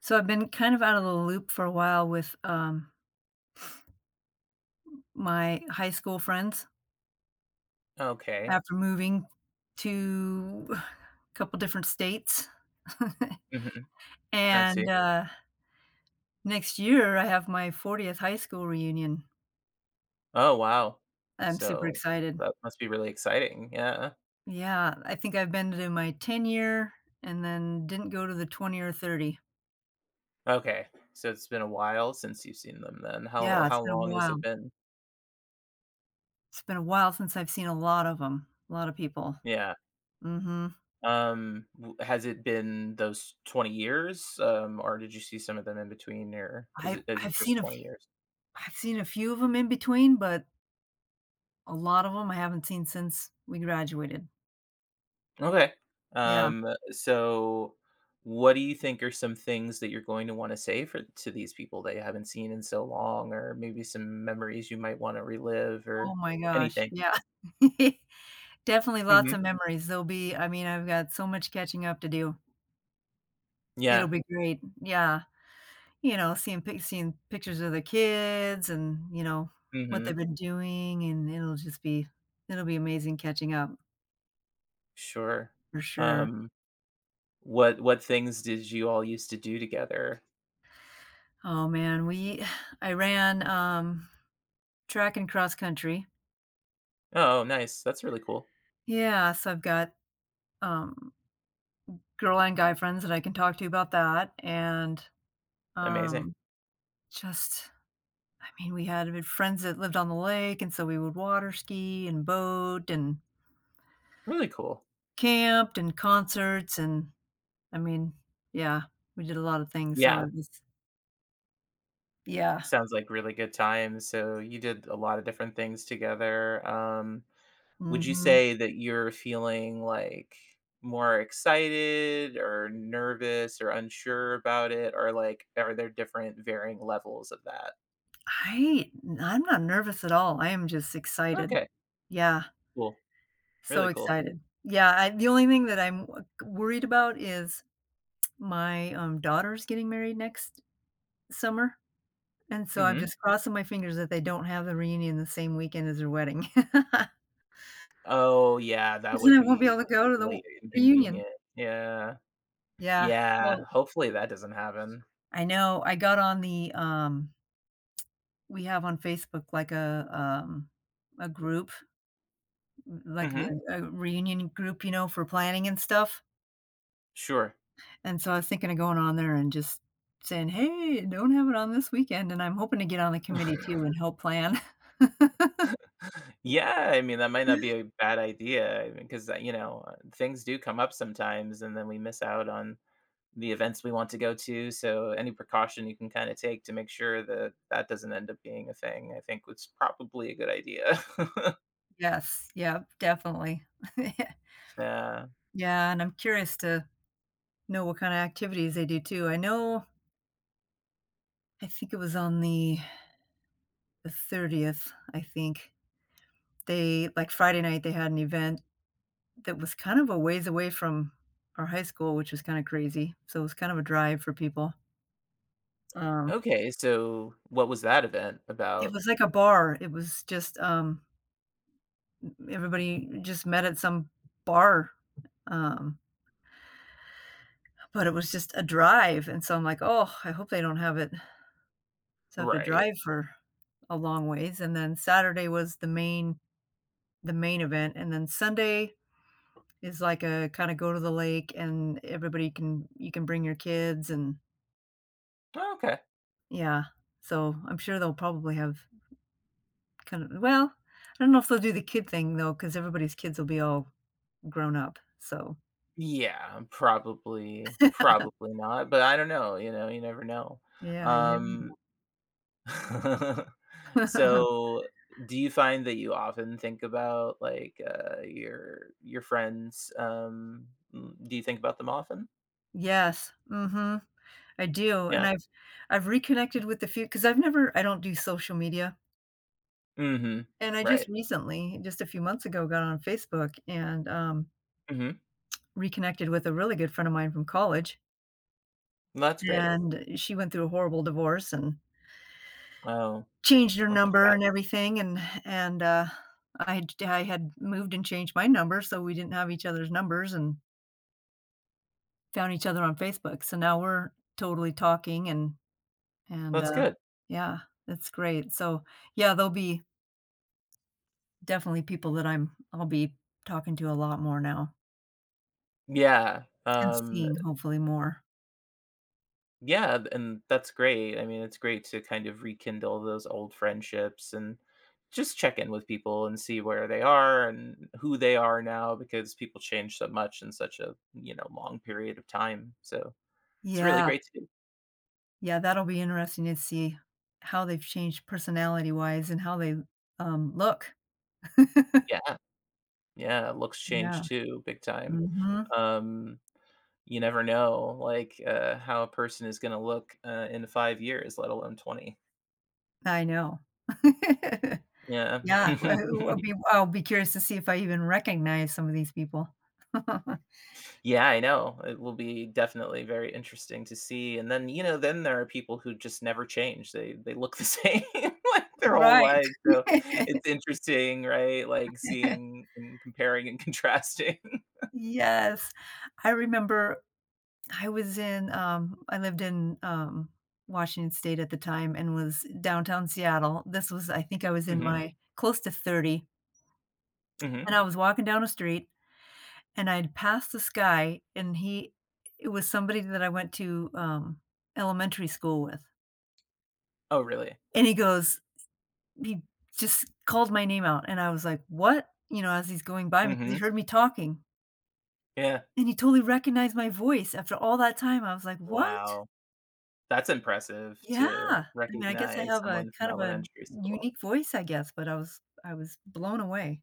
So I've been kind of out of the loop for a while with, my high school friends Okay. after moving to a couple different states. Mhm. I And, see. uh, next year, I have my 40th high school reunion. Oh, wow. I'm super So, excited. that must be really exciting, yeah. Yeah, I think I've been to my 10-year year and then didn't go to the 20 or 30. Okay, so it's been a while since you've seen them then. How Yeah, it's how been a long has it while. been? It's been a while since I've seen a lot of people. Yeah. Mhm. W has it been those 20 years? Or did you see some of them in between, or is I it is it I've just seen a f 20 years? I've seen a few of them in between, but a lot of 'em I haven't seen since we graduated. Okay. Yeah. Um, so what do you think are some things that you're going to want to say for to these people that you haven't seen in so long, or maybe some memories you might want to relive Oh or my gosh. anything? Yeah. Definitely lots hmm of memories. There'll be I mean, I've got so much catching up to do. It'll Yeah. be great. Yeah. You know, seeing pictures of the kids and, what they've hmm been doing, and it'll be amazing catching up Sure. for sure. Um, what things did you all used to do together? Oh, man, we I ran, track and cross country. Oh, nice. That's really cool. Yeah, so I've got, um, girl and guy friends that I can talk to about that, and Amazing. Um, just I mean, we had good friends that lived on the lake, and so we would water ski and boat and Really cool. camped and concerts and I mean, yeah, we did a lot of things, so Yeah. it was yeah, Sounds like really good time. So you did a lot of different things together. Would you mhm. say that you're feeling, like, more excited or nervous or unsure about it? Or, like, are there different varying levels of that? I I'm not nervous at all, I am just excited. Okay, Yeah, cool. so Really cool. excited. Yeah, I the only thing that I'm w worried about is my, daughter's getting married next summer. And so I'm Mhm. just crossing my fingers that they don't have the reunion the same weekend as their wedding, wedding Oh, yeah, that 'Cause then would I won't be be able to go to the really reunion. inconvenient. Yeah. Yeah, Yeah, so hopefully that doesn't happen. I know I got on we have on Facebook like a group, like Mhm. the a reunion group, you know, for planning and stuff, Sure. and so I was thinking of going on there and just saying, "Hey, don't have it on this weekend," and I'm hoping to get on the committee too and help plan. Yeah, I mean, that might not be a bad idea, because things do come up sometimes, and then we miss out on the events we want to go to. So any precaution you can kind of take to make sure that that doesn't end up being a thing, I think was probably a good idea. Yes, yep, definitely. Yeah. Yeah, and I'm curious to know what kinda activities they do too. I know I think it was on the 30th, I think, Friday night, they had an event that was kind of a ways away from our high school, which was kinda crazy, so it was kind of a drive for people. Um, Okay. So what was that event it about? was like a bar. It was just, everybody just met at some bar, um, but it was just a drive, and so I'm like, "Oh, I hope they don't have it" so I have to Right. drive for a long ways, and then Saturday was the main event, and then Sunday is like a kinda go to the lake and everybody can you can bring your kids and Oh, okay. yeah. So, I'm sure they'll probably have kind of well, I don't know if they'll do the kid thing though, because everybody's kids will be all grown up, so Yeah, probably, probably not. But I don't know. You know, you never know. Yeah, you Um, never know. so do you find that you often think about like your friends? Do you think about them often? Yes, mhm, I do, and Yeah. I've reconnected with a because 'cause I've never I don't do social media, Mhm. and I just Right. recently, just a few months ago, got on Facebook and, Mhm. reconnected with a really good friend of mine from college. That's great. And she went through a horrible divorce and Oh, changed her that's too number bad. and everything, and I had moved and changed my number, so we didn't have each other's numbers and found each other on Facebook, so now we're totally talking and, That's uh good. yeah, that's great, so, yeah, there'll be definitely people that I'm I'll be talking to a lot more now Yeah, and seeing hopefully more. yeah, th and that's great. I mean, it's great to kind of rekindle those old friendships and just check in with people and see where they are and who they are now because people change so much in such a, you know, long period of time, so it's really Yeah, great to do. yeah, that'll be interesting to see how they've changed personality-wise and how they, look. Yeah, yeah, looks Yeah, change too, big time. mhm, Um, you never know, like, how a person is gonna look, in 5 years, let alone 20. I know. Yeah. Yeah, well, I'll be curious to see if I even recognize some of these people. Yeah, I know. It will be definitely very interesting to see, and then, you know, then there are people who just never change. They look the same, like, their whole Right. life, so it's interesting, right? Like, seeing and comparing and contrasting. Yes, I remember I lived in, Washington State at the time and was downtown Seattle. This was I think I was in Mhm, my close to 30, and mhm. I was walking down a street, and I'd passed this guy, and he it was somebody that I went to, elementary school with. Oh, really? And he just called my name out, and I was like, "What?" You know, as he's going by me, because Mhm. he heard me talking, Yeah. and he totally recognized my voice after all that time. I was like, "What?" Wow. That's impressive Yeah. to I mean, I guess I recognize have a someone from kind of a elementary school. unique voice, I guess, but I was blown away.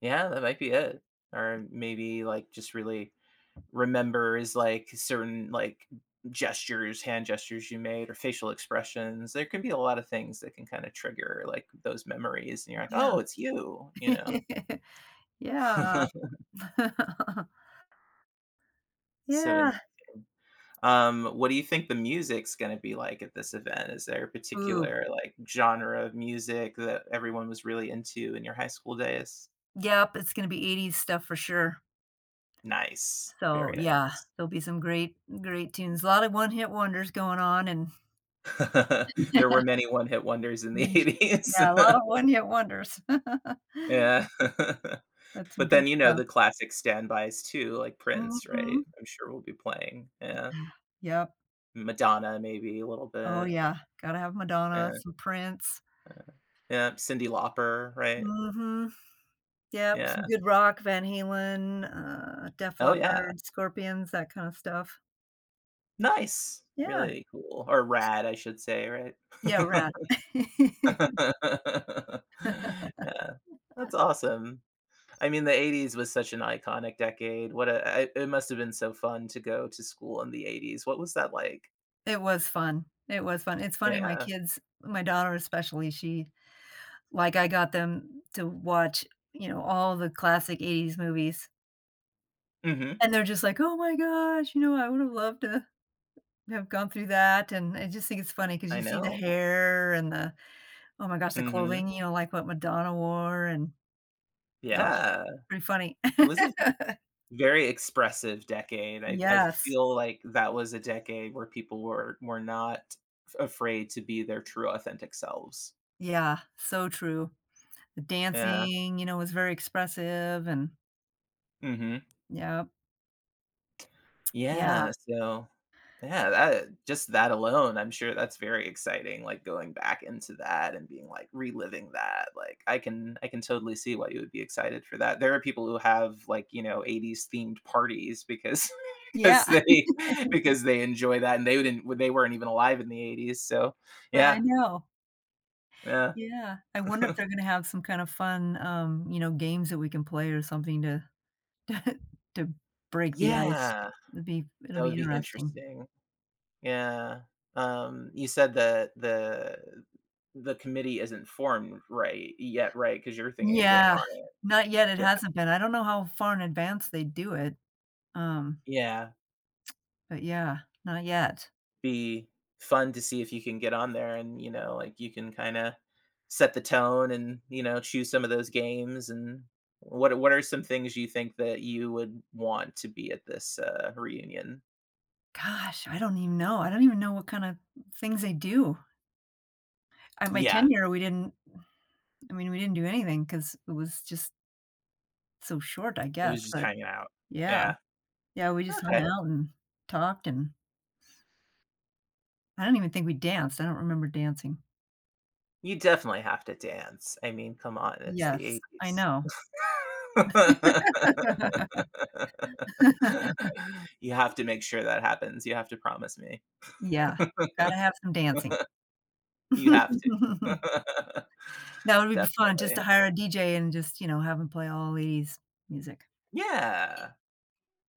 Yeah, that might be it. Or maybe, like, just really remembers, like, certain, like, gestures, hand gestures you made or facial expressions. There can be a lot of things that can kinda trigger, like, those memories, and you're like, Yeah. "Oh, it's you," you know? Yeah. So interesting. Yeah. What do you think the music's gonna be like at this event? Is there a Ooh. particular, like, genre of music that everyone was really into in your high school days? Yep, it's gonna be '80s stuff for sure. Nice. So, Very yeah, nice. there'll be some great tunes. A lot of one-hit wonders going on and There were many one-hit wonders in the Mhm. '80s. Yeah, a lot of one-hit wonders. Yeah. But some But good then, you know, stuff. the classic standbys too, like Prince, right? Mhm. I'm sure we will be playing. Yeah. Yep. Madonna, maybe a little Oh, bit. yeah. Gotta have Madonna, Yeah, some Prince. yeah. Yeah, Cyndi Lauper, right? Mhm. Yep, Yeah. some good rock, Van Halen, Def Oh, yeah. Leppard, Scorpions, that kind of stuff. Nice. Yeah. Really cool. Or rad, I should say, right? Yeah, Rat. Yeah. That's awesome. I mean, the '80s was such an iconic decade. What a I it must have been so fun to go to school in the '80s. What was that like? It was fun. It was fun. It's funny, Yeah. My daughter especially, she like, I got them to watch, you know, all the classic '80s movies. Mhm. And they're just like, "Oh my gosh, you know, I would have loved to have gone through that," and I just think it's funny because I you see the know. hair and the oh my gosh, the clothing, Mhm. you know, like what Madonna wore and oh, Yeah. pretty funny. It was a very expressive decade. I Yes. feel like that was a decade where people were not af afraid to be their true authentic selves. Yeah, so true. The Yeah. dancing, you know, was very expressive and Mhm. yeah, Yeah. Yeah, so yeah, that just that alone, I'm sure that's very exciting, like, going back into that and being, like reliving that, like, I can totally see why you would be excited for that. There are people who have, like, you know, '80s themed parties because Yeah. because they because they enjoy that, and they weren't even alive in the '80s, so I yeah, know. yeah. Yeah. I wonder if they're gonna have some kind of fun, you know, games that we can play or something to to break the ice. Yeah, It'll that be would be interesting. interesting. Yeah. You said that the committee isn't formed right yet, right? Because you're thinking of getting Yeah. on it. Not yet, it Yeah. hasn't been. I don't know how far in advance they do it, um, Yeah. but yeah, not yet. Be fun to see if you can get on there and, you know, like you can kind of set the tone and, you know, choose some of those games and what are some things you think that you would want to be at this reunion? Gosh, I don't even know. I don't even know what kinda things they do. At my Yeah. tenure, we didn't I mean, we didn't do anything because it was just so short, I It was guess, just but hanging out. yeah. Yeah. Yeah, we just hung Okay. out and talked, and I don't even think we danced. I don't remember dancing. You definitely have to dance. I mean, come on, it's the Yes, I '80s. know. You have to make sure that happens. You have to promise me. Yeah. Gotta have some dancing. You have to. That would be fun just to Definitely. hire a DJ and just, you know, have him play all '80s music. Yeah,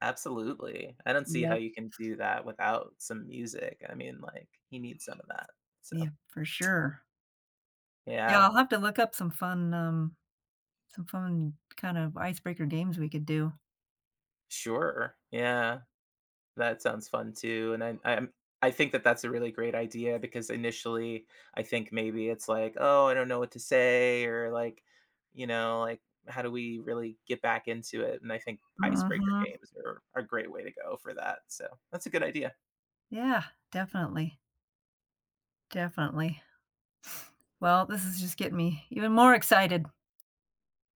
absolutely. I don't see how Yep. you can do that without some music. I mean, like, he needs some of that. Yeah, So, for sure. Yeah, yeah, I'll have to look up some fun kind of icebreaker games we could do. sure. Yeah. That sounds fun too, and I think that that's a really great idea because initially, I think maybe it's like, "Oh, I don't know what to say," or like, you know, like, "How do we really get back into it?" And I think icebreaker Mhm. games are a great way to go for that, so that's a good idea. Yeah, definitely, definitely. Well, this is just getting me even more excited.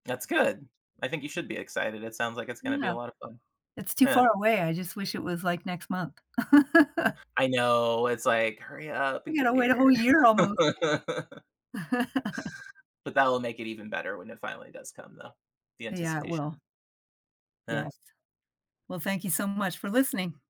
That's good. I think you should be excited, it sounds like it's gonna be Yeah, a lot of fun. it's too Yeah. far away, I just wish it was, like, next month. I I know, it's like, "Hurry up and gotta get wait a here." whole year almost. But that will make it even better when it finally does come though, the Yeah, it anticipation. will. Yeah. Yes. Well, thank you so much for listening.